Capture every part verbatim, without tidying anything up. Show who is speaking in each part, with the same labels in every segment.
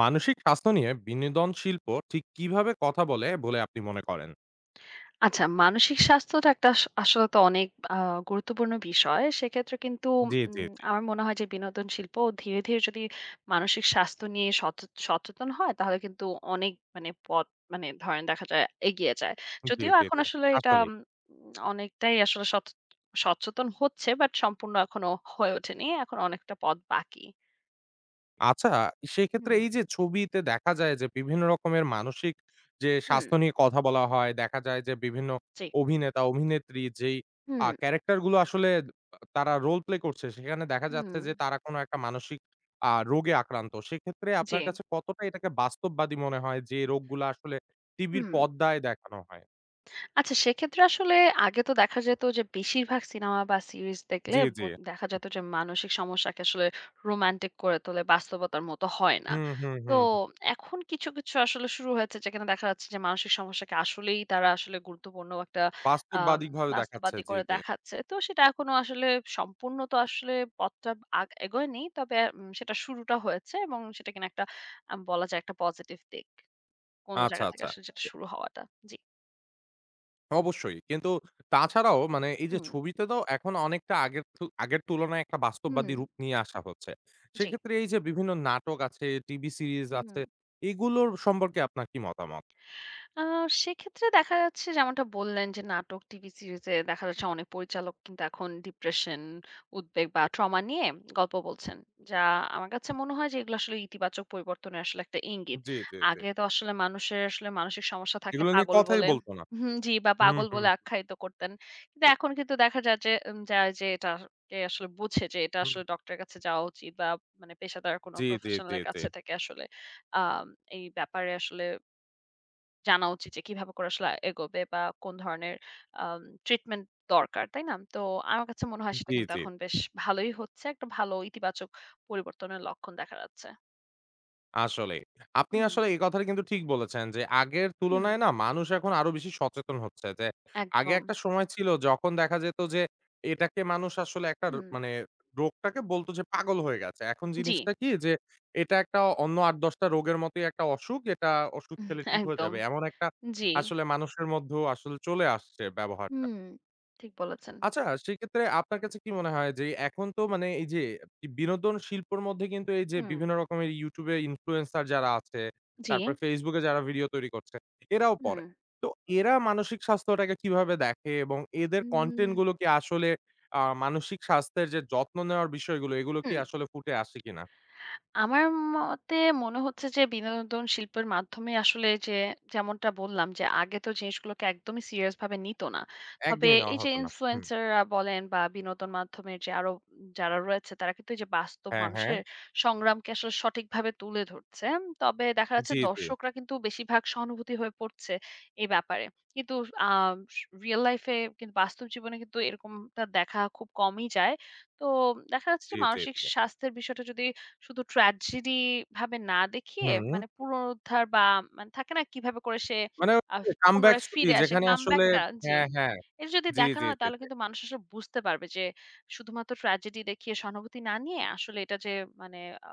Speaker 1: মানসিক স্বাস্থ্য নিয়ে বিনোদন শিল্প ঠিক কিভাবে কথা বলে বলে আপনি মনে করেন?
Speaker 2: আচ্ছা, মানসিক স্বাস্থ্যটা একটা আস আসলে তো অনেক আ গুরুত্বপূর্ণ বিষয়। সেক্ষেত্রে কিন্তু
Speaker 1: জি, জি,
Speaker 2: উম
Speaker 1: জি।
Speaker 2: আমার মনে হয় যে বিনোদন শিল্প ধীরে, ধীরে যদি মানসিক স্বাস্থ্য নিয়ে সচে সচেতন হয় তাহলে কিন্তু অনেক মানে পথ মানে ধরেন দেখা যায় এগিয়ে যায়।
Speaker 1: জি,
Speaker 2: যদিও
Speaker 1: জি,
Speaker 2: এখন
Speaker 1: জি।
Speaker 2: আসলে এটা
Speaker 1: আসলেই।
Speaker 2: উম অনেকটাই আসলে সচ সচেতন হচ্ছে বাট সম্পূর্ণ এখনো হয়ে ওঠেনি। এখন অনেকটা পথ বাকি।
Speaker 1: আচ্ছা সেক্ষেত্রে
Speaker 2: হুম,
Speaker 1: এই যে ছবিতে দেখা যায় যে বিভিন্ন রকমের মানসিক যে
Speaker 2: হুম,
Speaker 1: স্বাস্থ্য নিয়ে কথা বলা হয়, দেখা যায় যে বিভিন্ন
Speaker 2: জি।
Speaker 1: অভিনেতা, অভিনেত্রী যেই আ
Speaker 2: হুম,
Speaker 1: ক্যারেক্টার গুলো আসলে তারা রোল প্লে করছে সেখানে দেখা যাচ্ছে
Speaker 2: হুম,
Speaker 1: যে তারা কোনো একটা মানসিক আ রোগে আক্রান্ত। সেক্ষেত্রে
Speaker 2: জি,
Speaker 1: আপনার কাছে কতটা এটাকে বাস্তববাদী মনে হয় যে রোগগুলা আসলে টিভির
Speaker 2: হুম।
Speaker 1: পর্দায় দেখানো হয়?
Speaker 2: আচ্ছা, সেক্ষেত্রে আসলে আগে তো দেখা যেত যে বেশিরভাগ সিনেমা বা সিরিজ দেখলে
Speaker 1: জি, জি।
Speaker 2: বো- দেখা যেত যে মানসিক সমস্যাকে আসলে রোমান্টিক করে তোলে, বাস্তবতার মতো হয় না।
Speaker 1: হুম, হুম,
Speaker 2: তো
Speaker 1: হুম, হুম।
Speaker 2: এখন কিছু কিছু আসলে শুরু হয়েছে যেখানে দেখা যাচ্ছে যে মানসিক সমস্যাকে আসলেই তারা আসলে গুরুত্বপূর্ণ একটা আহ
Speaker 1: বাস্তববাদীকভাবে দেখাচ্ছে।
Speaker 2: বাস্তববাদী
Speaker 1: জি,
Speaker 2: করে
Speaker 1: জি।
Speaker 2: দেখাচ্ছে। তো সেটা এখনো আসলে সম্পূর্ণ তো আসলে পথটা আগ- এগোয়নি, তবে উম, সেটা শুরুটা হয়েছে এবং সেটা কিনা একটা আম, বলা যায় একটা পজিটিভ দিক কোনো
Speaker 1: আচ্ছা,
Speaker 2: জায়গা থেকে
Speaker 1: আচ্ছা।
Speaker 2: আসলে, যেটা শুরু হওয়াটা। জি,
Speaker 1: অবশ্যই। কিন্তু তাছাড়াও মানে এই যে
Speaker 2: হুম,
Speaker 1: ছবিতে তো এখন অনেকটা আগের থু আগের তুলনায় একটা
Speaker 2: হুম,
Speaker 1: বাস্তববাদী রূপ নিয়ে আসা হচ্ছে।
Speaker 2: জি।
Speaker 1: সেক্ষেত্রে এই যে বিভিন্ন নাটক আছে, টিভি সিরিজ
Speaker 2: হুম।
Speaker 1: আছে, এগুলোর সম্পর্কে আপনার কি মতামত?
Speaker 2: আ সেক্ষেত্রে দেখা যাচ্ছে যেমনটা বললেন যে নাটক, টিভি সিরিজে দেখা যাচ্ছে অনেক পরিচালক কিন্তু এখন ডিপ্রেশন, উদ্বেগ বা ট্রমা নিয়ে গল্প বলছেন। যা আমার কাছে মনে হয় যে এগুলো আসলে ইতিবাচক পরিবর্তনের আসলে একটা ইঙ্গিত।
Speaker 1: জি, জি, জি।
Speaker 2: আগে তো আসলে মানুষের আসলে মানসিক সমস্যা থাকে
Speaker 1: এগুলো নিয়ে
Speaker 2: পাগল
Speaker 1: কথাই
Speaker 2: বলে,
Speaker 1: বলত না।
Speaker 2: হুম, জি, বা
Speaker 1: হুম,
Speaker 2: পাগল
Speaker 1: হুম,
Speaker 2: বলে আখ্যায়িত করতেন। কিন্তু এখন কিন্তু দেখা যায় যে উম যায় যে এটাকে আসলে বুঝে যে এটা
Speaker 1: হুম।
Speaker 2: আসলে ডক্টরের কাছে যাওয়া উচিত, বা মানে পেশাদার কোনো
Speaker 1: জি, জি,
Speaker 2: প্রফেশনাল
Speaker 1: জি,
Speaker 2: এর
Speaker 1: জি।
Speaker 2: কাছে থেকে আসলে আ এই ব্যাপারে আসলে জানা উচিত যে কিভাবে করে আসলে এগোবে বা কোন ধরনের আম ট্রিটমেন্ট দরকার, তাই না? তো আমার কাছে মনে হয় সেটা
Speaker 1: জি,
Speaker 2: কিন্তু
Speaker 1: জি।
Speaker 2: এখন বেশ ভালোই হচ্ছে। একটা ভালো ইতিবাচক পরিবর্তনের লক্ষণ দেখা যাচ্ছে।
Speaker 1: আসলেই। আপনি
Speaker 2: হুম,
Speaker 1: আসলে এই কথাটা কিন্তু ঠিক বলেছেন যে, আগের
Speaker 2: হুম।
Speaker 1: তুলনায় না মানুষ এখন আরো বেশি সচেতন হচ্ছে যে, আগে
Speaker 2: একদম।
Speaker 1: একটা সময় ছিল যখন দেখা যেত যে, এটাকে মানুষ আসলে একটা র
Speaker 2: হুম,
Speaker 1: মানে রোগটাকে বলত যে, পাগল হয়ে গেছে। এখন
Speaker 2: জি,
Speaker 1: জিনিসটা কি যে, এটা একটা অন্য আট দশ টা রোগের মতোই একটা অসুখ। এটা ওষুধ
Speaker 2: হুম,
Speaker 1: খেলে ঠিক হয়ে
Speaker 2: একদম।
Speaker 1: যাবে। এমন একটা
Speaker 2: জি।
Speaker 1: আসলে মানুষের মধ্যেও আসলে চলে আসছে ব্যবহার।
Speaker 2: হুম, ঠিক বলেছেন।
Speaker 1: আচ্ছা, সেক্ষেত্রে আপনার কাছে কি মনে হয় যে এখন তো মানে এই যে বিনোদন শিল্পর মধ্যে কিন্তু এই যে
Speaker 2: হুম,
Speaker 1: বিভিন্ন রকমের YouTube এ ইনফ্লুয়েন্সার যারা আছে,
Speaker 2: জি,
Speaker 1: তারপরে Facebook এ যারা ভিডিও তৈরি করছে, এরাও
Speaker 2: হুম।
Speaker 1: পড়ে। তো এরা মানসিক স্বাস্থ্যটাকে কিভাবে দেখে এবং এদের কনটেন্ট গুলো
Speaker 2: হুম।
Speaker 1: কি আসলে আ মানসিক স্বাস্থ্যের যে যত্ন নেওয়ার বিষয়গুলো এগুলো কি
Speaker 2: হুম।
Speaker 1: আসলে ফুটে আসে কিনা?
Speaker 2: আমার মতে মনে হচ্ছে যে বিনোদন শিল্পের মাধ্যমে আসলে যে যেমনটা বললাম যে আগে তো জিনিসগুলোকে একদমই সিরিয়াস ভাবে নিত না, তবে
Speaker 1: একদমই নেওয়া
Speaker 2: এই যে
Speaker 1: হতো না। হুম।
Speaker 2: ইনফ্লুয়েন্সাররা বলেন বা বিনোদন মাধ্যমের যে আরো যারা রয়েছে তারা কিন্তু এই যে বাস্তব
Speaker 1: হ্যাঁ, হ্যাঁ।
Speaker 2: মানুষের সংগ্রামকে আসলে সঠিকভাবে তুলে ধরছে। তবে দেখা যাচ্ছে
Speaker 1: জি, জি,
Speaker 2: দর্শকরা কিন্তু বেশিরভাগ সহানুভূতি হয়ে পড়ছে এই ব্যাপারে। কিন্তু আহ রিয়েল লাইফে কিন্তু বাস্তব জীবনে কিন্তু এরকমটা দেখা খুব কমই যায়। তো দেখা যাচ্ছে যে
Speaker 1: জি, জি,
Speaker 2: মানসিক
Speaker 1: জি।
Speaker 2: স্বাস্থ্যের বিষয়টা যদি শুধু ট্র্যাজেডি ভাবে না দেখিয়ে
Speaker 1: হুম।
Speaker 2: মানে পুনরুদ্ধার বা মানে থাকে না কিভাবে করে সে
Speaker 1: মানে
Speaker 2: আ
Speaker 1: কামব্যাক
Speaker 2: পুনরায়
Speaker 1: স্টোরি
Speaker 2: ফিরে আসে
Speaker 1: যেখানে আসলে
Speaker 2: কামব্যাকটা। জি।
Speaker 1: হ্যাঁ, হ্যাঁ।
Speaker 2: এটা যদি
Speaker 1: জি,
Speaker 2: দেখানো
Speaker 1: জি,
Speaker 2: হয়
Speaker 1: জি।
Speaker 2: তাহলে কিন্তু মানুষ আসলে বুঝতে পারবে যে শুধুমাত্র ট্র্যাজেডি দেখিয়ে সহানুভূতি না নিয়ে আসলে এটা যে মানে আ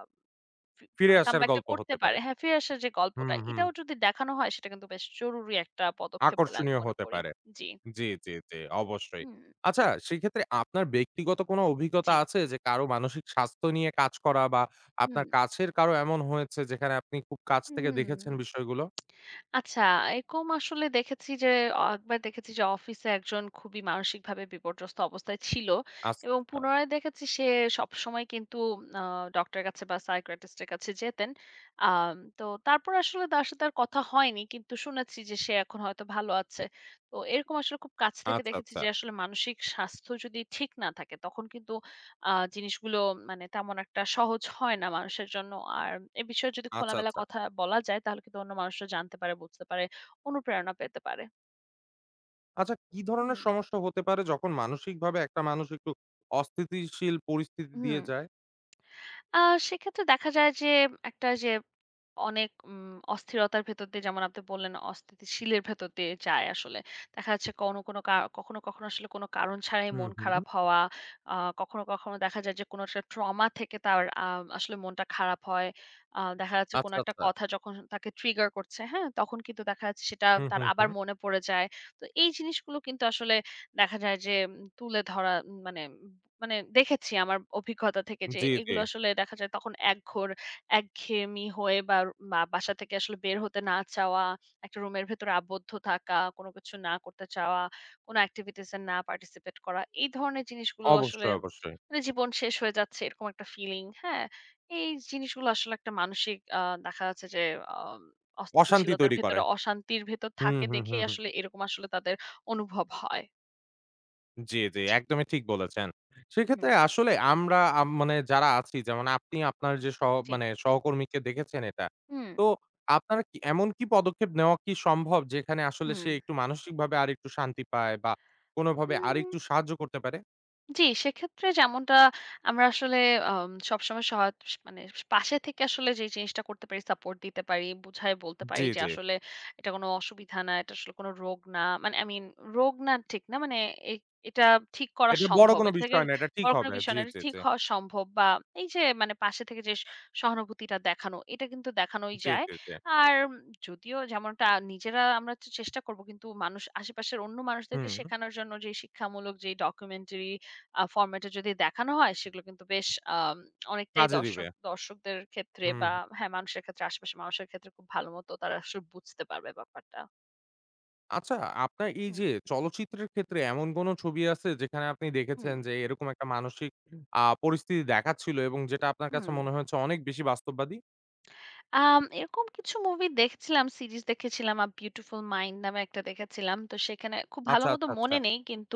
Speaker 2: ফি
Speaker 1: ফিরে
Speaker 2: মানে
Speaker 1: আসার
Speaker 2: কামব্যাকটা
Speaker 1: গল্প
Speaker 2: করতে
Speaker 1: হতে পারে।
Speaker 2: পারে, হ্যাঁ, ফিরে আসার যে গল্পটা
Speaker 1: হুম, হুম।
Speaker 2: এটাও যদি দেখানো হয় সেটা কিন্তু বেশ জরুরি একটা পদক্ষেপ বলে আমি
Speaker 1: আকর্ষণীয়
Speaker 2: মনে
Speaker 1: হতে
Speaker 2: করি।
Speaker 1: পারে।
Speaker 2: জি।
Speaker 1: জি, জি, জি, অবশ্যই।
Speaker 2: হুম,
Speaker 1: আচ্ছা সেক্ষেত্রে আপনার ব্যক্তিগত কোনো অভিজ্ঞতা
Speaker 2: জি।
Speaker 1: আছে যে কারো মানসিক স্বাস্থ্য নিয়ে কাজ করা বা
Speaker 2: হুম,
Speaker 1: আপনার কাছের কারো এমন হয়েছে যেখানে আপনি খুব কাছ থেকে
Speaker 2: হুম।
Speaker 1: দেখেছেন বিষয়গুলো?
Speaker 2: আচ্ছা, এরকম আসলে দেখেছি যে অ একবার দেখেছি যে অফিসে একজন খুবই মানসিকভাবে বিপর্যস্ত অবস্থায় ছিল,
Speaker 1: আচ্ছা,
Speaker 2: এবং পুনরায় দেখেছি সে সবসময় কিন্তু আ ডক্টরের কাছে বা সাইকিয়াট্রিস্ট এর কাছে যেতেন। আম তো তারপর আসলে তার সাথে আর কথা হয়নি। কিন্তু শুনেছি যে সে এখন হয়তো ভালো আছে। তো এরকম আসলে খুব কাছ থেকে
Speaker 1: আচ্ছা,
Speaker 2: দেখেছি
Speaker 1: আচ্ছা,
Speaker 2: যে আসলে মানসিক স্বাস্থ্য যদি ঠিক না থাকে তখন কিন্তু আ জিনিসগুলো মানে তেমন একটা সহজ হয় না মানুষের জন্য। আর এ বিষয়ে যদি
Speaker 1: আচ্ছা,
Speaker 2: খোলামেলা
Speaker 1: আচ্ছা।
Speaker 2: কথা বলা যায় তাহলে কিন্তু অন্য মানুষরা জানতে পারে, বুঝতে পারে, অনুপ্রেরণা পেতে পারে।
Speaker 1: আচ্ছা কি ধরনের
Speaker 2: হুম,
Speaker 1: সমস্যা হতে পারে যখন মানসিকভাবে একটা মানুষ একটু অস্থিতিশীল পরিস্থিতি দিয়ে
Speaker 2: হুম।
Speaker 1: যায়?
Speaker 2: আ সেক্ষেত্রে দেখা যায় যে একটা যে অনেক উম অস্থিরতার ভেতর দিয়ে, যেমন আপনি বললেন, অস্থিতিশীলের ভেতর দিয়ে যায় আসলে। দেখা যাচ্ছে কোনো, কোনো কা কখনো, কখনো আসলে কোনো কারণ ছাড়াই
Speaker 1: হুম,
Speaker 2: মন
Speaker 1: হুম।
Speaker 2: খারাপ হওয়া, আ কখনো, কখনো দেখা যায় যে কোনো একটা ট্রমা থেকে তার আ আসলে মনটা খারাপ হয়। আ দেখা যাচ্ছে কোনো
Speaker 1: আচ্ছা,
Speaker 2: একটা
Speaker 1: আচ্ছা।
Speaker 2: কথা যখন তাকে ট্রিগার করছে, হ্যাঁ? তখন কিন্তু দেখা যাচ্ছে সেটা
Speaker 1: হুম,
Speaker 2: তার
Speaker 1: হুম,
Speaker 2: আবার
Speaker 1: হুম।
Speaker 2: মনে পড়ে যায়। তো এই জিনিসগুলো কিন্তু আসলে দেখা যায় যে উম, তুলে ধরা উম, মানে মানে দেখেছি আমার অভিজ্ঞতা থেকে যে
Speaker 1: জি, জি।
Speaker 2: এগুলো আসলে দেখা যায় তখন একঘর একঘেয়েমি হয়ে, বা বা বাসা থেকে আসলে বের হতে না চাওয়া, একটা রুমের ভেতরে আবদ্ধ থাকা, কোনো কিছু না করতে চাওয়া, কোনো activities এ না participate করা। এই ধরনের জিনিসগুলো আসলে
Speaker 1: অবশ্যই, অবশ্যই।
Speaker 2: মানে জীবন শেষ হয়ে যাচ্ছে এরকম একটা ফিলিং, হ্যাঁ? এই জিনিসগুলো আসলে একটা মানসিক আ দেখা যাচ্ছে যে আম
Speaker 1: অশান্তি
Speaker 2: অস্থিতিশীলতার
Speaker 1: তৈরি করে।
Speaker 2: ভেতরে অশান্তির ভেতর
Speaker 1: হুম,
Speaker 2: থাকে
Speaker 1: হুম, হুম,
Speaker 2: দেখেই
Speaker 1: হুম।
Speaker 2: আসলে এরকম আসলে তাদের অনুভব হয়।
Speaker 1: জি, জি,
Speaker 2: জি।
Speaker 1: একদমই ঠিক বলেছেন।
Speaker 2: হুম,
Speaker 1: সেক্ষেত্রে আসলে আমরা আম মানে যারা আছি যেমন আপনি আপনার যে সহ
Speaker 2: জি।
Speaker 1: মানে সহকর্মীকে দেখেছেন এটা।
Speaker 2: হুম।
Speaker 1: তো আপনার কি এমন কি পদক্ষেপ নেওয়া কি সম্ভব যেখানে আসলে
Speaker 2: হুম।
Speaker 1: সে একটু মানসিকভাবে আরেকটু শান্তি পায় বা কোনোভাবে
Speaker 2: উম,
Speaker 1: আরেকটু সাহায্য করতে পারে?
Speaker 2: জি, সেক্ষেত্রে যেমনটা আমরা আসলে আম সবসময় সহায় মানে পাশে থেকে আসলে যে জিনিসটা করতে পারি, সাপোর্ট দিতে পারি, বুঝায় বলতে
Speaker 1: জি,
Speaker 2: পারি যে
Speaker 1: জি।
Speaker 2: আসলে এটা কোনো অসুবিধা না, এটা আসলে কোনো রোগ না। মানে I mean রোগ না ঠিক না, মানে এ এটা ঠিক করা
Speaker 1: এটা বড়
Speaker 2: সম্ভব।
Speaker 1: কোনো
Speaker 2: এটা থেকে
Speaker 1: বিষয় না। এটা ঠিক
Speaker 2: বড় কোনো
Speaker 1: হবে।
Speaker 2: বিষয়
Speaker 1: জি,
Speaker 2: না। এটা
Speaker 1: জি,
Speaker 2: ঠিক
Speaker 1: জি।
Speaker 2: হওয়া সম্ভব বা এই যে মানে পাশে থেকে যে সহানুভূতিটা দেখানো, এটা কিন্তু দেখানোই
Speaker 1: জি,
Speaker 2: যায়।
Speaker 1: জি, জি।
Speaker 2: আর উম, যদিও যেমনটা নিজেরা আমরা তো চেষ্টা করব, কিন্তু মানুষ আশেপাশের অন্য মানুষদেরকে
Speaker 1: হুম,
Speaker 2: শেখানোর জন্য যে শিক্ষামূলক যে ডকুমেন্টারি আ ফরমেট এ যদি দেখানো হয়, সেগুলো কিন্তু বেশ আম অনেকটাই
Speaker 1: কাজে দিবে।
Speaker 2: দর্শক দর্শকদের ক্ষেত্রে
Speaker 1: হুম।
Speaker 2: বা হ্যাঁ, মানুষের ক্ষেত্রে আশেপাশের মানুষের ক্ষেত্রে খুব ভালো মতো তারা আসলে বুঝতে পারবে ব্যাপারটা।
Speaker 1: আচ্ছা, আপনার এই
Speaker 2: হুম।
Speaker 1: যে চলচ্চিত্রের ক্ষেত্রে এমন কোন ছবি আছে যেখানে আপনি
Speaker 2: হুম,
Speaker 1: দেখেছেন যে এরকম একটা মানসিক আ পরিস্থিতি দেখাচ্ছিল এবং যেটা আপনার কাছে
Speaker 2: হুম।
Speaker 1: মনে হয়েছে অনেক বেশি বাস্তববাদী?
Speaker 2: আম এরকম কিছু মুভি দেখছিলাম, সিরিজ দেখেছিলাম। আ 'Beautiful Mind' নামে একটা দেখেছিলাম। তো সেখানে খুব ভালো
Speaker 1: আচ্ছা,
Speaker 2: মতো
Speaker 1: আচ্ছা, আচ্ছা।
Speaker 2: মনে নেই। কিন্তু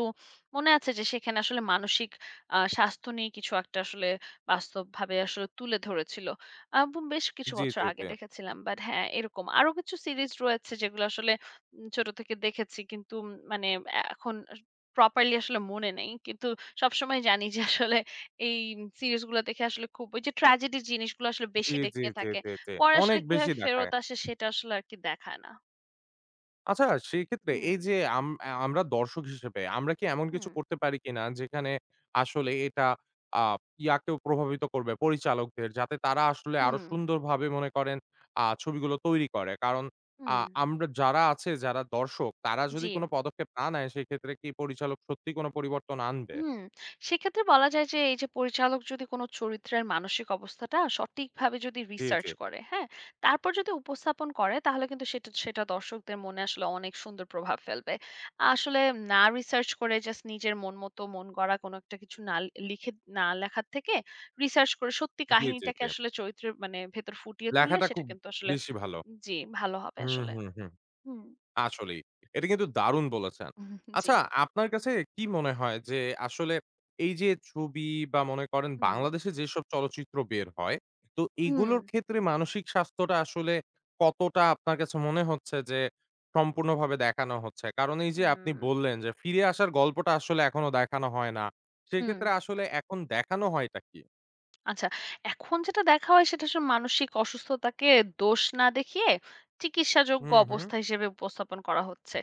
Speaker 2: মনে আছে যে সেখানে আসলে মানসিক আ স্বাস্থ্য নিয়ে কিছু একটা আসলে বাস্তবভাবে আসলে তুলে ধরেছিল। আ ব বেশ কিছু
Speaker 1: জি,
Speaker 2: বছর
Speaker 1: জি,
Speaker 2: আগে
Speaker 1: জি।
Speaker 2: দেখেছিলাম। বাট হ্যাঁ, এরকম আরো কিছু সিরিজ রয়েছে যেগুলো আসলে উম ছোট থেকে দেখেছি। কিন্তু উম মানে এ এখন আস প্রপারলি আসলে মনে নেই। কিন্তু সবসময় জানি যে আসলে এই সিরিজগুলো দেখে আসলে খুব ওই যে ট্র্যাজেডি জিনিসগুলো আসলে
Speaker 1: জি,
Speaker 2: বেশি
Speaker 1: জি,
Speaker 2: দেখিয়ে
Speaker 1: জি,
Speaker 2: থাকে।
Speaker 1: জি, জি।
Speaker 2: পরে
Speaker 1: অনেক
Speaker 2: আসলে
Speaker 1: বেশি
Speaker 2: কিভাবে
Speaker 1: দেখায়।
Speaker 2: ফেরত আসে সেটা আসলে আরকি দেখায় না।
Speaker 1: আচ্ছা, সেক্ষেত্রে
Speaker 2: হুম,
Speaker 1: এই যে আম আ আমরা দর্শক হিসেবে আমরা কি এমন কিছু
Speaker 2: হুম,
Speaker 1: করতে পারি কিনা যেখানে আসলে এটা আ ইয়াকেও প্রভাবিত করবে পরিচালকদের যাতে তারা আসলে আরো
Speaker 2: হুম,
Speaker 1: সুন্দরভাবে মনে করেন আ ছবিগুলো তৈরি করে। কারণ আ
Speaker 2: হুম।
Speaker 1: আমরা যারা আছে যারা দর্শক তারা যদি
Speaker 2: জি।
Speaker 1: কোনো পদক্ষেপ না নেয় সেক্ষেত্রে কি পরিচালক সত্যি কোনো পরিবর্তন আনবে?
Speaker 2: হুম, সেক্ষেত্রে বলা যায় যে এই যে পরিচালক যদি কোনো চরিত্রের মানসিক অবস্থাটা সঠিকভাবে যদি
Speaker 1: জি, জি,
Speaker 2: রিসার্চ করে, হ্যাঁ? তারপর যদি উপস্থাপন করে তাহলে কিন্তু সেটা সেটা দর্শকদের মনে আসলে অনেক সুন্দর প্রভাব ফেলবে। আসলে না রিসার্চ করে জাস্ট নিজের মন মতো মন গড়া কোনো একটা কিছু না লিখে, না লেখার থেকে রিসার্চ করে সত্যি
Speaker 1: জি, জি,
Speaker 2: কাহিনীটাকে
Speaker 1: জি।
Speaker 2: আসলে চরিত্রের মানে ভেতর ফুটিয়ে তুললে
Speaker 1: লেখাটা
Speaker 2: সেটা
Speaker 1: খুব
Speaker 2: কিন্তু আসলে
Speaker 1: বেশি ভালো।
Speaker 2: জি, ভালো হবে
Speaker 1: হুম,
Speaker 2: আসলে।
Speaker 1: হুম, হুম।
Speaker 2: হুম,
Speaker 1: আসলেই। এটা কিন্তু দারুণ বলেছেন।
Speaker 2: হুম। জি।
Speaker 1: আচ্ছা, আপনার কাছে কি মনে হয় যে আসলে এই যে ছবি বা মনে করেন
Speaker 2: হুম,
Speaker 1: বাংলাদেশে যেসব চলচ্চিত্র বের হয়, তো
Speaker 2: হুম,
Speaker 1: এগুলোর ক্ষেত্রে মানসিক স্বাস্থ্যটা আসলে কতটা আপনার কাছে মনে হচ্ছে যে সম্পূর্ণভাবে দেখানো হচ্ছে? কারণ এই যে
Speaker 2: হুম,
Speaker 1: আপনি বললেন যে ফিরে আসার গল্পটা আসলে এখনো দেখানো হয় না।
Speaker 2: হুম।
Speaker 1: সেক্ষেত্রে আসলে এখন দেখানো হয়টা কি?
Speaker 2: আচ্ছা, এখন যেটা দেখা হয় সেটা আসলে মানসিক অসুস্থতাকে দোষ না দেখিয়ে চিকিৎসাযোগ্য
Speaker 1: হুম, হুম।
Speaker 2: অবস্থা হিসেবে উপস্থাপন করা হচ্ছে।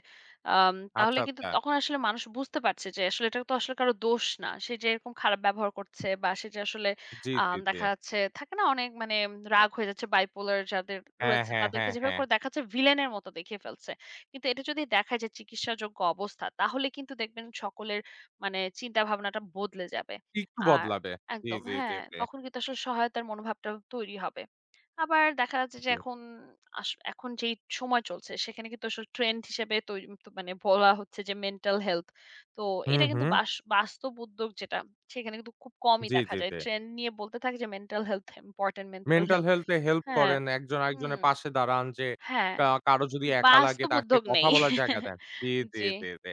Speaker 2: আম তাহলে
Speaker 1: আচ্ছা,
Speaker 2: কিন্তু
Speaker 1: আচ্ছা।
Speaker 2: তখন আসলে মানুষ বুঝতে পারছে যে আসলে এটা তো আসলে কারো দোষ না। সে যে এরকম খারাপ ব্যবহার করছে বা সে যে আসলে
Speaker 1: জি, জি,
Speaker 2: আম
Speaker 1: জি।
Speaker 2: দেখা যাচ্ছে থাকে না অনেক মানে রাগ হয়ে যাচ্ছে bipolar যাদের
Speaker 1: হ্যাঁ,
Speaker 2: রয়েছে
Speaker 1: হ্যাঁ,
Speaker 2: তাদেরকে
Speaker 1: হ্যাঁ,
Speaker 2: যেভাবে
Speaker 1: হ্যাঁ।
Speaker 2: করে দেখাচ্ছে ভিলেনের মতো দেখিয়ে ফেলছে। কিন্তু এটা যদি দেখায় যে চিকিৎসাযোগ্য অবস্থা, তাহলে কিন্তু দেখবেন সকলের মানে চিন্তা ভাবনাটা বদলে যাবে।
Speaker 1: একটু
Speaker 2: আর
Speaker 1: বদলাবে। জি,
Speaker 2: একদম।
Speaker 1: জি, জি,
Speaker 2: হ্যাঁ,
Speaker 1: জি।
Speaker 2: তখন কিন্তু আসলে সহায়তার মনোভাবটা তৈরি হবে। আবার দেখা যাচ্ছে যে
Speaker 1: জি।
Speaker 2: এখন আস এখন যেই সময় চলছে সেখানে কিন্তু আসলে ট্রেন্ড হিসেবে তৈ তো মানে বলা হচ্ছে যে মেন্টাল হেলথ। তো
Speaker 1: হুম,
Speaker 2: এটা কিন্তু
Speaker 1: হুম।
Speaker 2: বাস বাস্তব উদ্যোগ যেটা সেখানে কিন্তু খুব কমই
Speaker 1: জি,
Speaker 2: দেখা
Speaker 1: জি,
Speaker 2: যায়।
Speaker 1: জি।
Speaker 2: ট্রেন্ড নিয়ে বলতে থাকে যে mental health important, mental
Speaker 1: mental
Speaker 2: health.
Speaker 1: Health এ হেল্প
Speaker 2: হ্যাঁ,
Speaker 1: করেন। একজন
Speaker 2: হুম,
Speaker 1: আরেকজনের পাশে দাঁড়ান যে
Speaker 2: হ্যাঁ,
Speaker 1: কা কারো যদি একা লাগে
Speaker 2: বাস্তব
Speaker 1: তাকে
Speaker 2: উদ্যোগ
Speaker 1: কথা
Speaker 2: নেই।
Speaker 1: বলার জায়গা দেন। জি, জি,
Speaker 2: জি,
Speaker 1: জি, জি।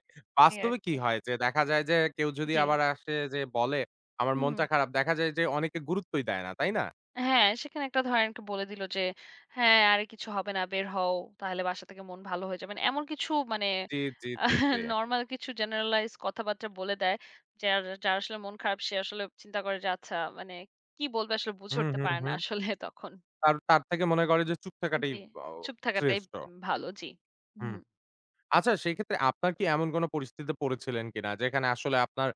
Speaker 2: এই আর
Speaker 1: বাস্তবে কি
Speaker 2: কি।
Speaker 1: হয় যে দেখা যায় যে কেউ যদি
Speaker 2: জি,
Speaker 1: আবার আসে যে বলে আমার
Speaker 2: হুম।
Speaker 1: মনটা খারাপ দেখা যায় যে অনেকে গুরুত্বই দেয় না, তাই না?
Speaker 2: হ্যাঁ, সেখানে একটা ধরেন একটা বলে দিল যে, "হ্যাঁ, আরে কিছু হবে না, বের হও। তাহলে বাসা থেকে মন ভালো হয়ে যাবে।" মানে এমন কিছু মানে
Speaker 1: জি, জি, জি, জি।
Speaker 2: নরমাল কিছু generalize কথাবার্তা বলে দেয়। যার যার আসলে মন খারাপ সে আসলে চিন্তা করে যে, আচ্ছা মানে কি বলবে আসলে বুঝে
Speaker 1: হুম,
Speaker 2: উঠতে
Speaker 1: হুম,
Speaker 2: পারে না
Speaker 1: হুম।
Speaker 2: আসলে তখন।
Speaker 1: তার, তার থেকে মনে করে যে চুপ থাকাটাই
Speaker 2: জি,
Speaker 1: ব
Speaker 2: চুপ থাকাটাই
Speaker 1: শ্রেষ্ঠ।
Speaker 2: ভালো। জি।
Speaker 1: হুম।
Speaker 2: হুম,
Speaker 1: আচ্ছা সেক্ষেত্রে আপনার কি এমন কোন পরিস্থিতিতে পড়েছিলেন কিনা? যেখানে আসলে আপনার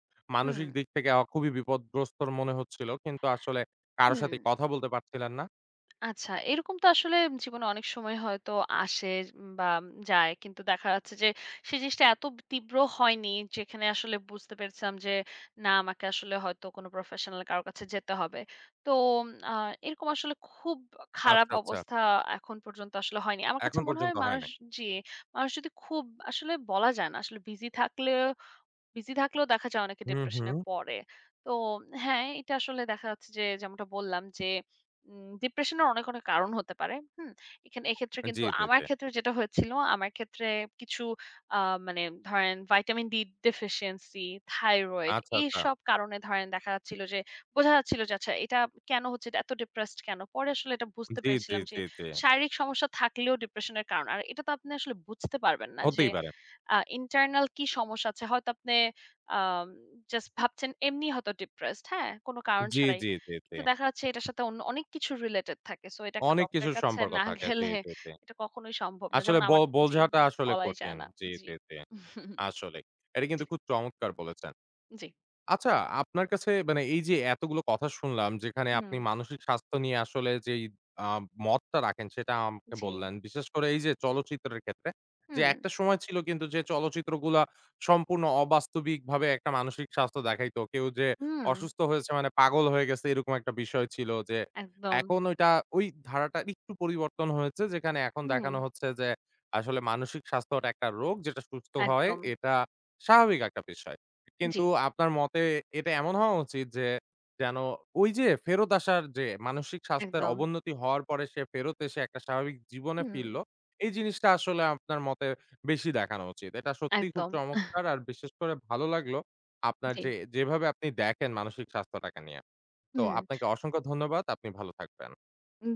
Speaker 2: হুম।
Speaker 1: মানসিক দিক থেকে অ খুবই বিপদগ্রস্তর মনে হচ্ছিল কিন্তু আসলে কারো
Speaker 2: হুম।
Speaker 1: সাথে কথা বলতে পারছিলেন না?
Speaker 2: আচ্ছা, এরকম তো আসলে জীবনে অনেক সময় হয়তো আসে বা যায়। কিন্তু দেখা যাচ্ছে যে সেই জিনিসটা এত তীব্র হয়নি যেখানে আসলে বুঝতে পেরেছিলাম যে না আমাকে আসলে হয়তো কোনো প্রফেশনাল কারো কাছে যেতে হবে। তো আ এরকম আসলে খুব খারাপ
Speaker 1: আচ্ছা, আচ্ছা।
Speaker 2: অবস্থা এখন পর্যন্ত আসলে হয়নি। আমার কাছে
Speaker 1: এখন
Speaker 2: মনে হয়
Speaker 1: পর্যন্ত হয়
Speaker 2: মানুষ
Speaker 1: নাই।
Speaker 2: জি, মানুষ যদি খুব আসলে বলা যায় না আসলে বিজি থাকলে বিজি থাকলেও দেখা যায় অনেকে
Speaker 1: হুম,
Speaker 2: ডিপ্রেশনে
Speaker 1: হুম।
Speaker 2: পড়ে। তো হ্যাঁ, এটা আসলে দেখা যাচ্ছে যে যেমনটা বললাম যে উম ডিপ্রেশনের অনেক, অনেক কারণ হতে পারে। হুম? এখানে এক্ষেত্রে
Speaker 1: জি,
Speaker 2: কিন্তু
Speaker 1: জি,
Speaker 2: আমার
Speaker 1: জি।
Speaker 2: ক্ষেত্রে যেটা হয়েছিল, আমার ক্ষেত্রে কিছু আ মানে ধরেন ভিটামিন ডি deficiency, thyroid
Speaker 1: আচ্ছা, আচ্ছা।
Speaker 2: এইসব কারণে ধরেন দেখা যাচ্ছিল যে বোঝা যাচ্ছিল যে, আচ্ছা এটা কেন হচ্ছে? এটা এত ডিপ্রেসড কেন? পরে আসলে এটা বুঝতে
Speaker 1: জি, জি,
Speaker 2: পেরেছিলাম যে
Speaker 1: জি, জি।
Speaker 2: শারীরিক সমস্যা থাকলেও ডিপ্রেশন এর কারণ। আর এটা তো আপনি আসলে বুঝতে পারবেন না যে
Speaker 1: হতেই পারে।
Speaker 2: আ ইন্টারনাল কি সমস্যা আছে? হয়তো আপনি আম জাস্ট ভাবছেন এমনি হয়তো ডিপ্রেসড, হ্যাঁ? কোনো কারণ
Speaker 1: জি,
Speaker 2: ছাড়াই।
Speaker 1: জি, জি, জি।
Speaker 2: কিন্তু দেখা যাচ্ছে এটার সাথে অন্য অনেক কিছু রিলেটেড থাকে। সো এটা একটা
Speaker 1: অনেক
Speaker 2: ডক্টরের
Speaker 1: কিছুর
Speaker 2: কাছে
Speaker 1: সম্পর্ক
Speaker 2: না
Speaker 1: থাকে। জি,
Speaker 2: গেলে
Speaker 1: জি, জি।
Speaker 2: এটা কখনোই সম্ভব না।
Speaker 1: আসলে
Speaker 2: যেমন
Speaker 1: ব
Speaker 2: আমার জি,
Speaker 1: বোঝাটা আসলে
Speaker 2: বলাই যায়
Speaker 1: কঠিন।
Speaker 2: না।
Speaker 1: জি,
Speaker 2: জি।
Speaker 1: জি, জি। আসলেই। এটা
Speaker 2: জি,
Speaker 1: কিন্তু খুব চমৎকার বলেছেন।
Speaker 2: জি।
Speaker 1: আচ্ছা, আপনার কাছে মানে এই যে এতগুলো কথা শুনলাম যেখানে
Speaker 2: হুম,
Speaker 1: আপনি মানসিক স্বাস্থ্য নিয়ে আসলে যেই আ মতটা রাখেন সেটা আমাকে
Speaker 2: জি।
Speaker 1: বললেন। বিশেষ করে এই যে চলচ্চিত্রের ক্ষেত্রে যে
Speaker 2: হুম,
Speaker 1: একটা সময় ছিল কিন্তু যে চলচ্চিত্রগুলা সম্পূর্ণ অবাস্তবিকভাবে একটা মানসিক স্বাস্থ্য দেখাইতো। কেউ যে
Speaker 2: হুম,
Speaker 1: অসুস্থ হয়েছে মানে পাগল হয়ে গেছে এরকম একটা বিষয় ছিল যে
Speaker 2: একদম।
Speaker 1: এখন ওইটা ওই ধারাটা একটু পরিবর্তন হয়েছে যেখানে এখন
Speaker 2: হুম,
Speaker 1: দেখানো হচ্ছে যে আসলে মানসিক স্বাস্থ্যটা একটা রোগ যেটা সুস্থ হয়
Speaker 2: একদম।
Speaker 1: এটা স্বাভাবিক একটা বিষয়।
Speaker 2: জি,
Speaker 1: কিন্তু আপনার মতে এটা এমন হওয়া উচিত যে, যেন ওই যে ফেরত আসার যে মানসিক স্বাস্থ্যের
Speaker 2: একদম।
Speaker 1: অবনতি হওয়ার পরে সে ফেরত এসে একটা স্বাভাবিক জীবনে
Speaker 2: হুম,
Speaker 1: ফিরল। এই জিনিসটা আসলে আপনার মতে বেশি দেখানো উচিত। এটা সত্যিই খুব
Speaker 2: একদম।
Speaker 1: চমৎকার আর বিশেষ করে ভালো লাগলো আপনার
Speaker 2: জি,
Speaker 1: যে যেভাবে আপনি দেখেন মানসিক স্বাস্থ্যটাকে নিয়ে। তো
Speaker 2: হুম।
Speaker 1: আপনাকে অসংখ্য ধন্যবাদ। আপনি ভালো থাকবেন।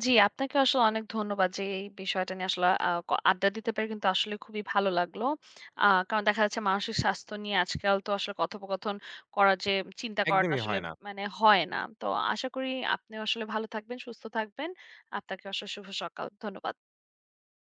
Speaker 2: জি, আপনাকে আসলে অনেক ধন্যবাদ যে এই বিষয়টা নিয়ে আসলে আ ক আড্ডা দিতে পেরে কিন্তু আসলে খুবই ভালো লাগলো। আ কারণ দেখা যাচ্ছে মানসিক স্বাস্থ্য নিয়ে আজকাল তো আসলে কথোপকথন করার যে চিন্তা করাটা
Speaker 1: একদমই
Speaker 2: আসলে
Speaker 1: হয় না।
Speaker 2: মানে হয় না। তো আশা করি আপনিও আসলে ভালো থাকবেন, সুস্থ থাকবেন। আপনাকে আসলে শুভ সকাল। ধন্যবাদ।